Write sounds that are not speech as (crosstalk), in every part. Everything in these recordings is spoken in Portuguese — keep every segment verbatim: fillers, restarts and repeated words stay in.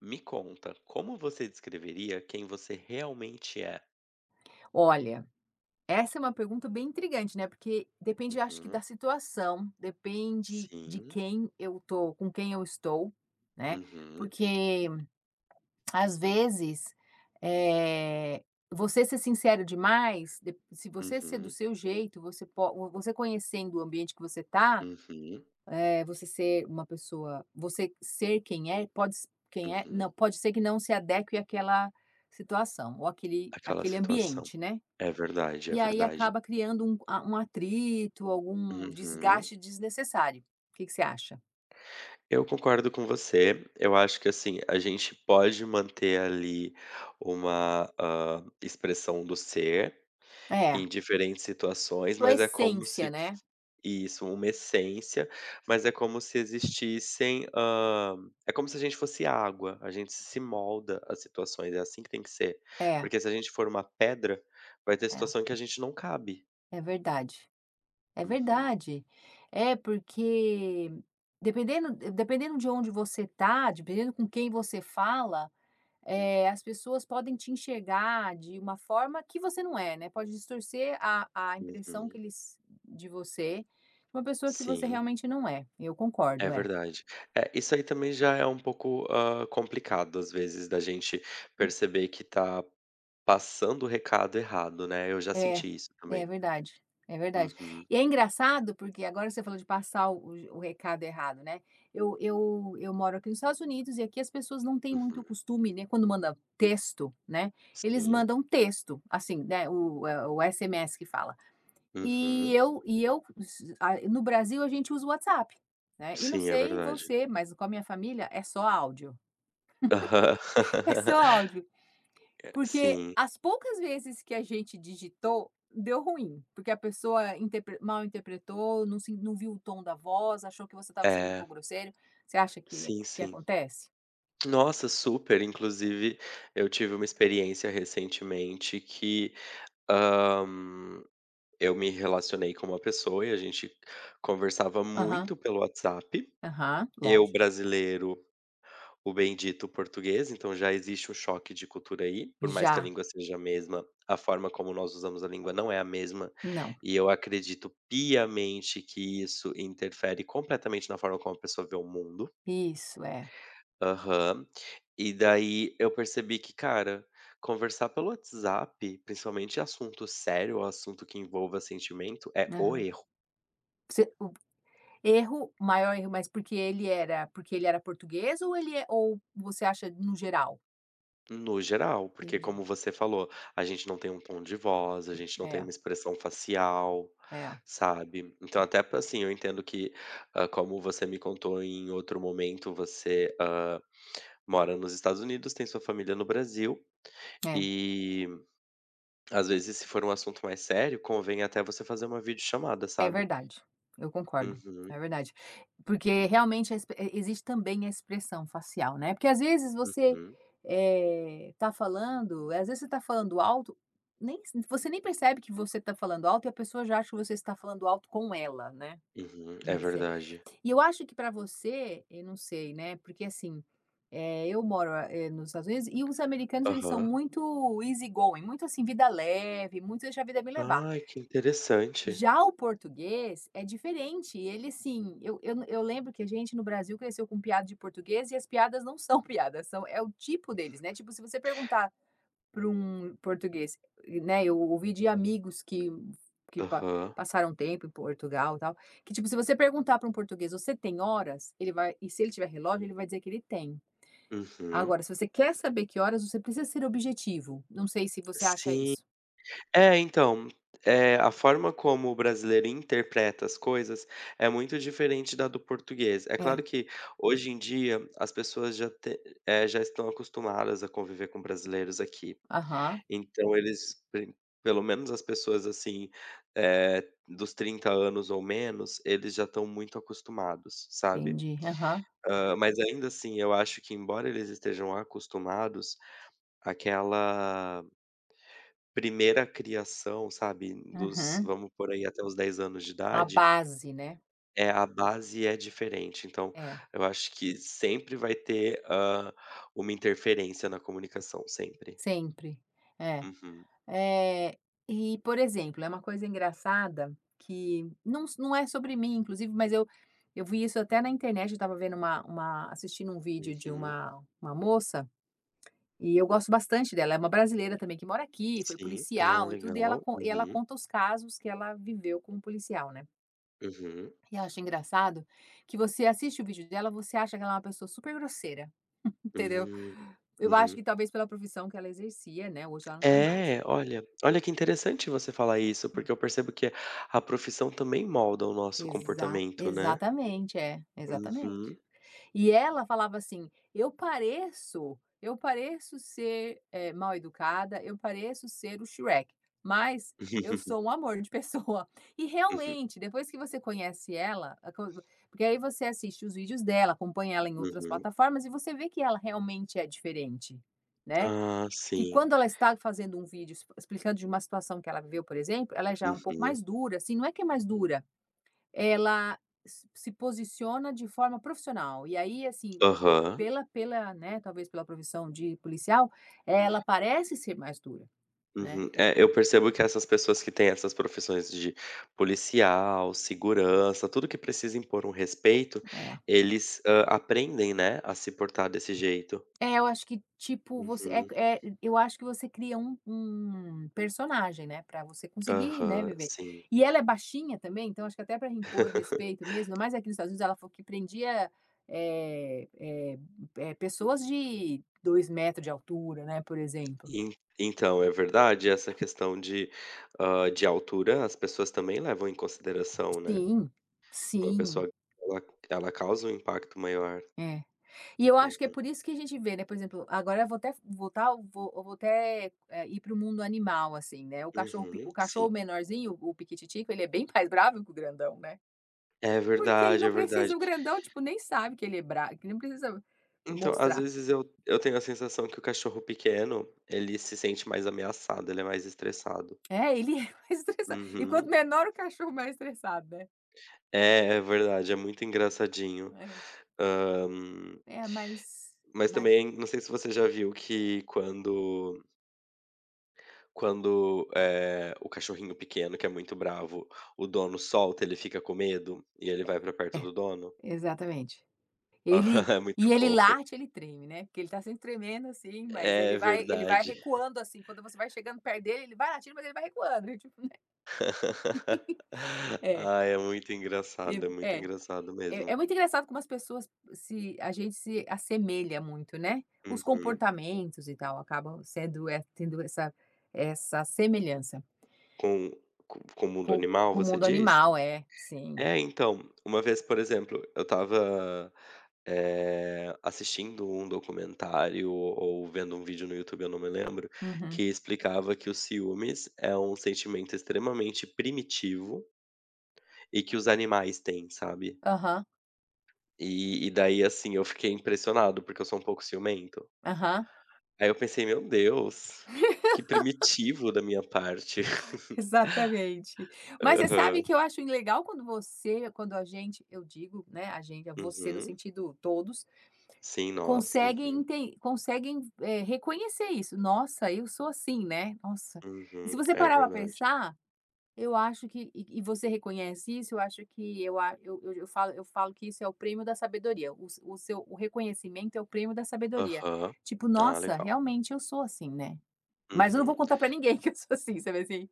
Me conta, como você descreveria quem você realmente é? Olha, essa é uma pergunta bem intrigante, né, porque depende, acho que Uhum. da situação, depende de Sim. quem eu tô com quem eu estou, né, Uhum. porque às vezes, eh, você ser sincero demais, de se você ser do Uhum. seu jeito, você po você conhecendo o ambiente que você tá, Uhum. eh, você ser uma pessoa você ser quem é, pode s quem é, não, Uhum. pode ser que não se adeque àquela situação ou aquele Aquela aquele situação. ambiente, né. É verdade, é E aí verdade. acaba criando um a um atrito, algum Uhum. desgaste desnecessário. O que que você acha? Eu concordo com você. Eu acho que assim, a gente pode manter ali uma, hã, expressão do ser É, em diferentes situações, sua mas é como se essência, né. Isso, uma essência, mas é como se existissem, hã, é como se a gente fosse água, a gente se molda às situações, é assim que tem que ser. É, Porque se a gente for uma pedra, vai ter é, situação que a gente não cabe. é verdade. É Uhum, verdade. É, porque dependendo dependendo de onde você tá, dependendo com quem você fala, eh, as pessoas podem te enxergar de uma forma que você não é, né, pode distorcer a a impressão que uhum. eles de você, de uma pessoa que você Sim, realmente não é. Eu é concordo, é. verdade. É, isso aí também já é um pouco, hã, complicado, às vezes, da gente perceber que tá passando o recado errado, né, eu já É, senti isso é também. verdade, é verdade. Uhum, E é engraçado, porque agora que você falou de passar o o recado errado, né, eu eu eu moro aqui nos Estados Unidos e aqui as pessoas não têm muito uhum. costume, né, quando mandam texto, né, eles Sim, mandam texto, assim, né, o eh, o S M S que fala. E uhum. eu e eu s a no Brasil, a gente usa o WhatsApp, né, e não Sim, é sei verdade. você, mas com a minha família é só áudio, Aham. (laughs) é só (laughs) áudio. Porque Sim, as poucas vezes que a gente digitou, deu ruim, porque a pessoa interpre mal interpretou, não se não viu o tom da voz, achou que você estava sendo um é. pouco grosseiro. Você acha que Sim, que sim. acontece? Nossa, super. Inclusive, eu tive uma experiência recentemente que, hã, eu me relacionei com uma pessoa e a gente conversava Aham, muito pelo WhatsApp. aham, Eu, lógico. brasileiro O bendito português, então já existe um choque de cultura aí, por mais que a Já, língua seja a mesma, a forma como nós usamos a língua não é a mesma, não. e eu acredito piamente que isso interfere completamente na forma como a pessoa vê o mundo. Isso, é. Aham. E daí eu percebi que, cara, conversar pelo WhatsApp, principalmente assunto sério, assunto que envolva sentimento, é o Aham. erro. Você o erro maior erro, mas porque ele era porque ele era português ou ele é ou você acha no geral? No geral, porque Entendi. como você falou, a gente não tem um tom de voz, a gente não tem É, uma expressão facial, é, sabe. Então até pra assim, eu entendo que, hã, como você me contou em outro momento, você, hã, mora nos Estados Unidos, tem sua família no Brasil, é. e às vezes se for um assunto mais sério, convém até você fazer uma videochamada, É sabe. verdade, eu concordo, Uhum, é verdade. Porque realmente a exp eh, existe também a expressão facial, né, porque às vezes você, uhum, eh, tá falando às vezes você tá falando alto, nem você nem percebe que você tá falando alto e a pessoa já acha que você está falando alto com ela, né. uhum, é E verdade. e eu acho que para você, eu não sei, né, porque assim, eh, eu moro, eh, nos Estados Unidos e os americanos eles são Aham. muito easy going, muito assim vida leve, muito deixa a vida me levar. Ai, que interessante. Já o português é diferente, ele assim, eu eu eu lembro que a gente no Brasil cresceu com piada de português e as piadas não são (laughs) piadas, são é o tipo deles, né, tipo, se você perguntar para um português, né, eu ouvi de amigos que que pa Aham. passaram tempo em Portugal e tal, que tipo, se você perguntar para um português: "Você tem horas?", ele vai e se ele tiver relógio, ele vai dizer que ele tem. Uhum. Agora, se você quer saber que horas, você precisa ser objetivo, não sei se você acha Sim. isso. É, então, eh, a forma como o brasileiro interpreta as coisas é muito diferente da do português. É claro É, que hoje em dia as pessoas já te eh, já estão acostumadas a conviver com brasileiros aqui. aham, Então eles pe pelo menos as pessoas, assim, eh, dos trinta anos ou menos, eles já estão muito acostumados, sabe. entendi, aham, Hã, mas ainda assim, eu acho que embora eles estejam acostumados, aquela Primeira criação, sabe, dos uhum. vamos por aí até os dez anos de A idade, base, né. é a base é diferente. Então, É, eu acho que sempre vai ter, hã, uma interferência na comunicação, sempre. sempre. É, Uhum, é e, por exemplo, é uma coisa engraçada que não s não é sobre mim, inclusive, mas eu eu vi isso até na internet, eu estava vendo uma uma assistindo um vídeo de uhum, uma uma moça, e eu gosto bastante dela, é uma brasileira também que mora aqui, foi sim. Ah, policial e tudo, e ela legal. con e ela Uhum, conta os casos que ela viveu como policial, né. uhum, E eu acho engraçado que você assiste o vídeo dela, você acha que ela é uma pessoa super grosseira. Entendeu? hum, Eu acho uhum. que talvez pela profissão que ela exercia, né, hoje ela não é mais. É, olha olha que interessante você falar isso, Hum. porque eu percebo que a profissão também molda o nosso Exa comportamento, né. exatamente, é, exatamente. Uhum. E ela falava assim: "Eu pareço eu pareço ser, eh, mal educada, eu pareço ser o Shrek, mas eu sou (laughs) um amor de pessoa". (laughs) E Uhum, realmente, depois que você conhece ela, a co porque aí você assiste os vídeos dela, acompanha ela em outras uhum. plataformas e você vê que ela realmente é diferente, né. Ah, Que sim. quando ela está fazendo um vídeo explicando de uma situação que ela viveu, por exemplo, ela já é um pouco Uhum. mais dura, assim, não é que é mais dura, ela se posiciona de forma profissional. E aí, assim, Aham. pela pela, né, talvez pela profissão de policial, ela parece ser mais dura, né. Uhum. É, eu percebo que essas pessoas que têm essas profissões de policial, segurança, tudo que precisa impor um respeito, É eles, hã, aprendem, né, a se portar desse jeito. É, eu acho que, tipo, você é Uhum. é eu acho que você cria um um personagem, né, pra você conseguir, né, Aham, viver. sim. E ela é baixinha também, então acho que até pra impor respeito mesmo, mas aqui nos Estados Unidos ela falou que prendia, eh eh eh, pessoas de dois metros de altura, né, por exemplo. En então, é verdade essa questão de, hã, de altura, as pessoas também levam em consideração, né. Sim, Uma sim, pessoa, ela ela causa um impacto maior. é. E eu acho que é Uhum. por isso que a gente vê, né, por exemplo, agora eu vou até voltar eu vou eu vou até, eh, ir para o mundo animal, assim, né, o cachorro pe Uhum, o sim. cachorro menorzinho, o piquititico, ele é bem mais bravo que o grandão, né, É porque ele verdade, não é precisa verdade. o grandão, tipo, nem sabe que ele é bravo, que ele não precisa Então, às mostrar. vezes eu eu tenho a sensação que o cachorro pequeno, ele se sente mais ameaçado, ele é mais estressado. É, ele é (laughs) mais estressado. E quanto Uhum. menor o cachorro, mais estressado, né. É, é verdade, é muito engraçadinho. É, Hã, é mais mas mais também, não sei se você já viu que quando quando, eh, o cachorrinho pequeno, que é muito bravo, o dono solta, ele fica com medo e ele vai pra perto é, do dono. exatamente. Ele (laughs) É muito e ele fofo. late, ele treme, né, porque ele tá sempre tremendo, assim, mas ele É vai ele vai verdade. recuando, assim, quando você vai chegando perto dele, ele vai latindo, mas ele vai recuando, (laughs) e tipo (laughs) é, Ai, é muito e engraçado, é muito é. engraçado É é mesmo. muito engraçado como as pessoas se a gente se assemelha muito, né, os Uhum. comportamentos e tal acabam sendo é tendo essa essa semelhança Com co com o mundo com animal, com o você mundo diz? animal. É, sim. É, então, uma vez, por exemplo, eu estava, eh, assistindo um documentário ou vendo um vídeo no YouTube, eu não me lembro, Uhum. que explicava que o ciúmes é um sentimento extremamente primitivo e que os animais têm, sabe. Aham, E e daí, assim, eu fiquei impressionado, porque eu sou um pouco ciumento. aham. Aí eu pensei: "Meu Deus, que primitivo da minha parte". Exatamente. (laughs) Mas você Aham. sabe que eu acho legal quando você quando a gente, eu digo, né, a gente, é você no Uhum. sentido todos, Sim, nós. conseguem Uhum. enten conseguem, eh, reconhecer isso. "Nossa, eu sou assim, né, nossa". E Uhum, se você é parar para verdade. pensar, eu acho que e e você reconhece isso, eu acho que eu a eu eu eu falo eu falo que isso é o prêmio da sabedoria, o s o seu o reconhecimento é o prêmio da sabedoria. Aham. Tipo: Ah, "Nossa, legal. realmente eu sou assim, né". Mas eu não vou Uhum. contar para ninguém (laughs) que eu sou assim, sabe assim?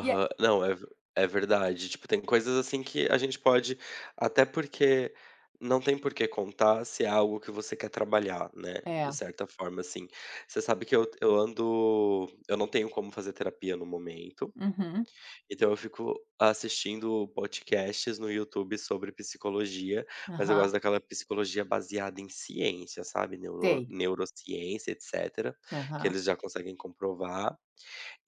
E é Não, é ve é verdade. Tipo, tem coisas assim que a gente pode até porque não tem por que contar se é algo que você quer trabalhar, né, de é. certa forma, assim. Você sabe que eu eu ando eu não tenho como fazer terapia no momento. Uhum. Então eu fico assistindo podcasts no YouTube sobre psicologia, mas eu Aham. gosto daquela psicologia baseada em ciência, sabe, neuro Tem. neurociência, etcétera, que Aham. eles já conseguem comprovar.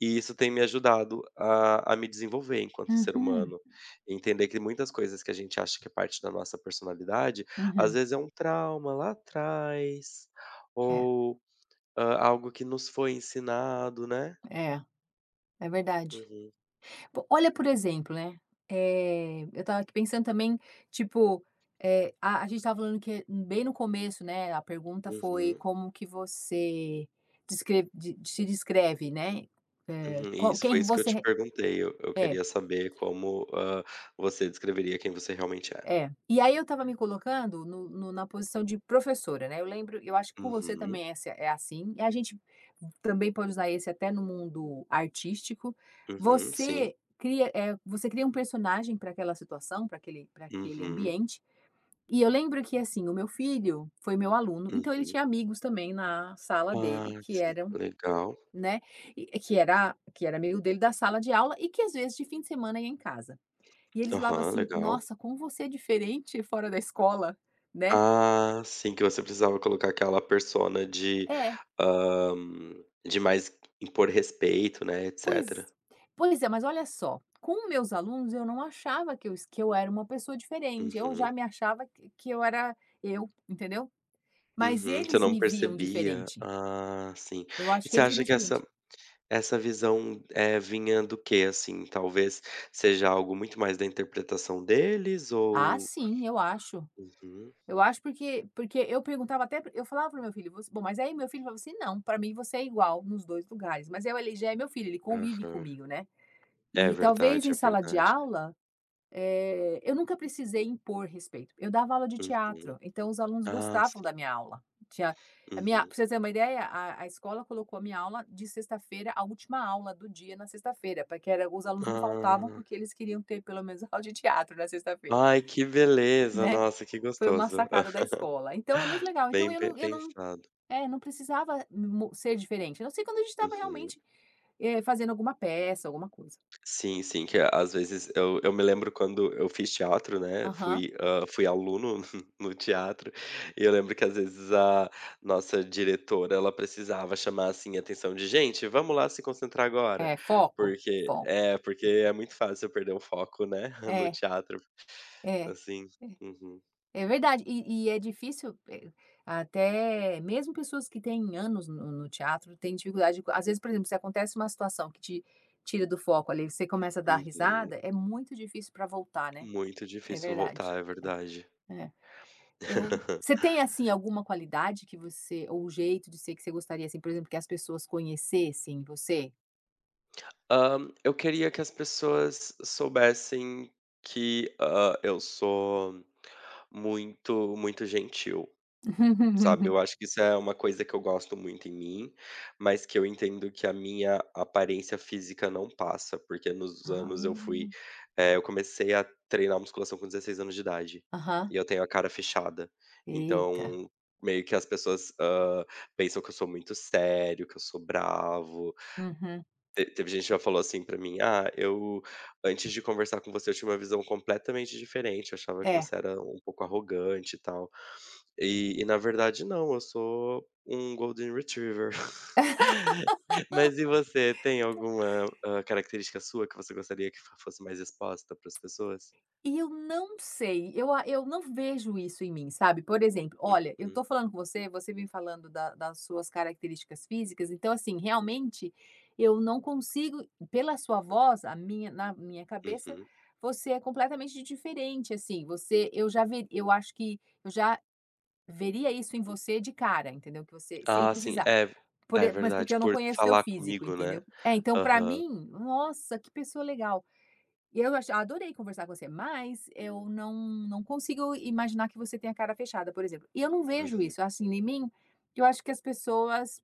E isso tem me ajudado a a me desenvolver enquanto ser Uhum. humano. Entender que muitas coisas que a gente acha que é parte da nossa personalidade, às Uhum. vezes é um trauma lá atrás, É, ou, hã, algo que nos foi ensinado, né. é, é verdade. Uhum, Po olha, por exemplo, né, eh, eu estava aqui pensando também, tipo, eh, a a gente estava falando que bem no começo, né, a pergunta foi uhum. como que você descre de se descreve, né, eh, Uhum, qual isso, foi quem isso que eu te você perguntei. Eu eu é. queria saber como, hã, você descreveria quem você realmente é. É. E aí eu estava me colocando no no na posição de professora, né, eu lembro eu acho que com você Uhum, também é assi é assim, e a gente também pode usar esse até no mundo artístico. uhum, sim. Você cria, eh, você cria um personagem para aquela situação, para aquele pra aquele Uhum, ambiente. E eu lembro que, assim, o meu filho foi meu aluno, então ele uhum. tinha amigos também na sala Ah, dele que sim, eram, legal. né, e que era que era amigo dele da sala de aula e que às vezes de fim de semana ia em casa. E eles falavam Aham, assim: legal. "Nossa, como você é diferente fora da escola", né. Ah, sim, que você precisava colocar aquela persona de, É, hã, de mais impor respeito, né, pois etcétera. pois é, mas olha só, com meus alunos eu não achava que eu que eu era uma pessoa diferente, eu Uhum, já me achava que que eu era eu, entendeu. Mas uhum. Você eles não me viam percebia. diferente, Ah, sim. eu E acho que você eles me viam acha que essa diferente. Essa visão, é vinha do que assim? Talvez seja algo muito mais da interpretação deles Ah, ou sim, eu acho. Uhum. Eu acho porque porque eu perguntava até eu falava para meu filho: "Você", bom, mas aí meu filho falava assim: "Não, para mim você é igual nos dois lugares", mas eu ele já é meu filho, ele convive Aham. comigo, né. É E talvez verdade, em é sala de verdade. aula, eh, eu nunca precisei impor respeito. Eu dava aula de Uhum. teatro, então os alunos Ah, gostavam sim. da minha aula. Tinha a minha Uhum. pra você ter uma ideia, a a escola colocou a minha aula de sexta-feira, a última aula do dia na sexta-feira, porque era os alunos não faltavam, Ah. porque eles queriam ter pelo menos (laughs) aula de teatro na sexta-feira, Ai, que beleza! né. Nossa, que Foi uma gostoso. sacada da escola. Então é muito (laughs) legal. Então Bem eu pe não eu não pensado. é, não precisava mo ser diferente, a não ser quando a gente estava Uhum. realmente, eh, fazendo alguma peça, alguma coisa. Sim, sim, que às vezes eu eu me lembro quando eu fiz teatro, né, Aham. fui, hã, fui aluno (laughs) no teatro, e eu lembro que às vezes a nossa diretora, ela precisava chamar, assim, a atenção de: "Gente, vamos lá se concentrar É, agora", foco, porque foco. é, porque é muito fácil eu perder o foco, né, (laughs) no É, teatro, é. assim. Uhum, É verdade. E e é difícil, eh, até mesmo pessoas que têm anos no no teatro têm dificuldade às vezes, por exemplo, se acontece uma situação que te tira do foco ali, você começa a dar uhum. risada, é muito difícil para voltar, né. Muito É difícil verdade. voltar, é verdade. É. Eu você (laughs) tem, assim, alguma qualidade que você ou jeito de ser que você gostaria, assim, por exemplo, que as pessoas conhecessem você? Hã, eu queria que as pessoas soubessem que, hã, eu sou muito, muito gentil, sabe. (laughs) Eu acho que isso é uma coisa que eu gosto muito em mim, mas que eu entendo que a minha aparência física não passa, porque nos anos eu fui, Ah. eh, eu comecei a treinar musculação com dezesseis anos de idade, Aham. e eu tenho a cara fechada. Eita. Então, meio que as pessoas, hã, pensam que eu sou muito sério, que eu sou bravo, Uhum. te teve gente que já falou assim pra mim: "Ah, eu antes de conversar com você eu tinha uma visão completamente diferente, eu achava que É. você era um pouco arrogante e tal". E e na verdade não, eu sou um golden retriever. (laughs) Mas e você, tem alguma, hã, característica sua que você gostaria que fo fosse mais exposta para as pessoas? E eu não sei, eu a eu não vejo isso em mim, sabe. Por exemplo, olha, eu tô Uhum, falando com você, você vem falando da das suas características físicas, então, assim, realmente eu não consigo pela sua voz, a minha na minha cabeça, uhum. você é completamente diferente, assim, você eu já ver, eu acho que eu já veria isso em você de cara, entendeu, que você sem Ah, sim, precisar. é Por é e mas porque verdade, eu não por conheço teu falar físico, comigo, né. entendeu. É, então pra Aham, mim, nossa, que pessoa legal. E eu ach adorei conversar com você, mas eu não não consigo imaginar que você tenha a cara fechada, por exemplo. E eu não vejo uhum. isso, assim, em mim, eu acho que as pessoas,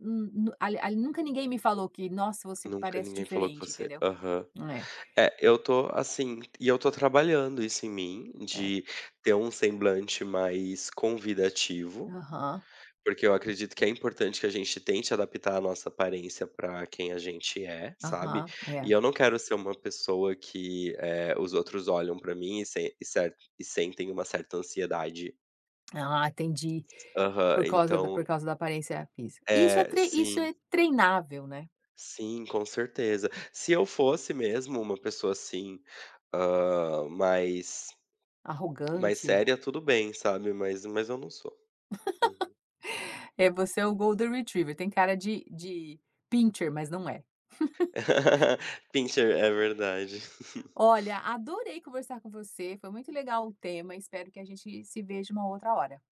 hum, nu ali ali nunca ninguém me falou que: "Nossa, você Nunca parece ninguém falou que diferente", você entendeu? aham. É, É, eu tô assim e eu tô trabalhando isso em mim, é. de ter um semblante mais convidativo, Aham, porque eu acredito que é importante que a gente tente adaptar a nossa aparência pra quem a gente é, sabe. aham, E é. eu não quero ser uma pessoa que, eh, os outros olham pra mim e sen e cer e sentem uma certa ansiedade. Ah, entendi. Aham, Por causa da então por causa da aparência física. Isso é é, trei isso sim. é treinável, né. Sim, com certeza. Se eu fosse mesmo uma pessoa assim, hã, mais mais Arrogante. (laughs) séria, tudo bem, sabe, mas mas eu não sou. Uhum. É, você é o Golden Retriever, tem cara de de Pinscher, mas não é. (laughs) Pincher, é verdade. (laughs) Olha, adorei conversar com você, foi muito legal o tema, espero que a gente se veja uma outra hora.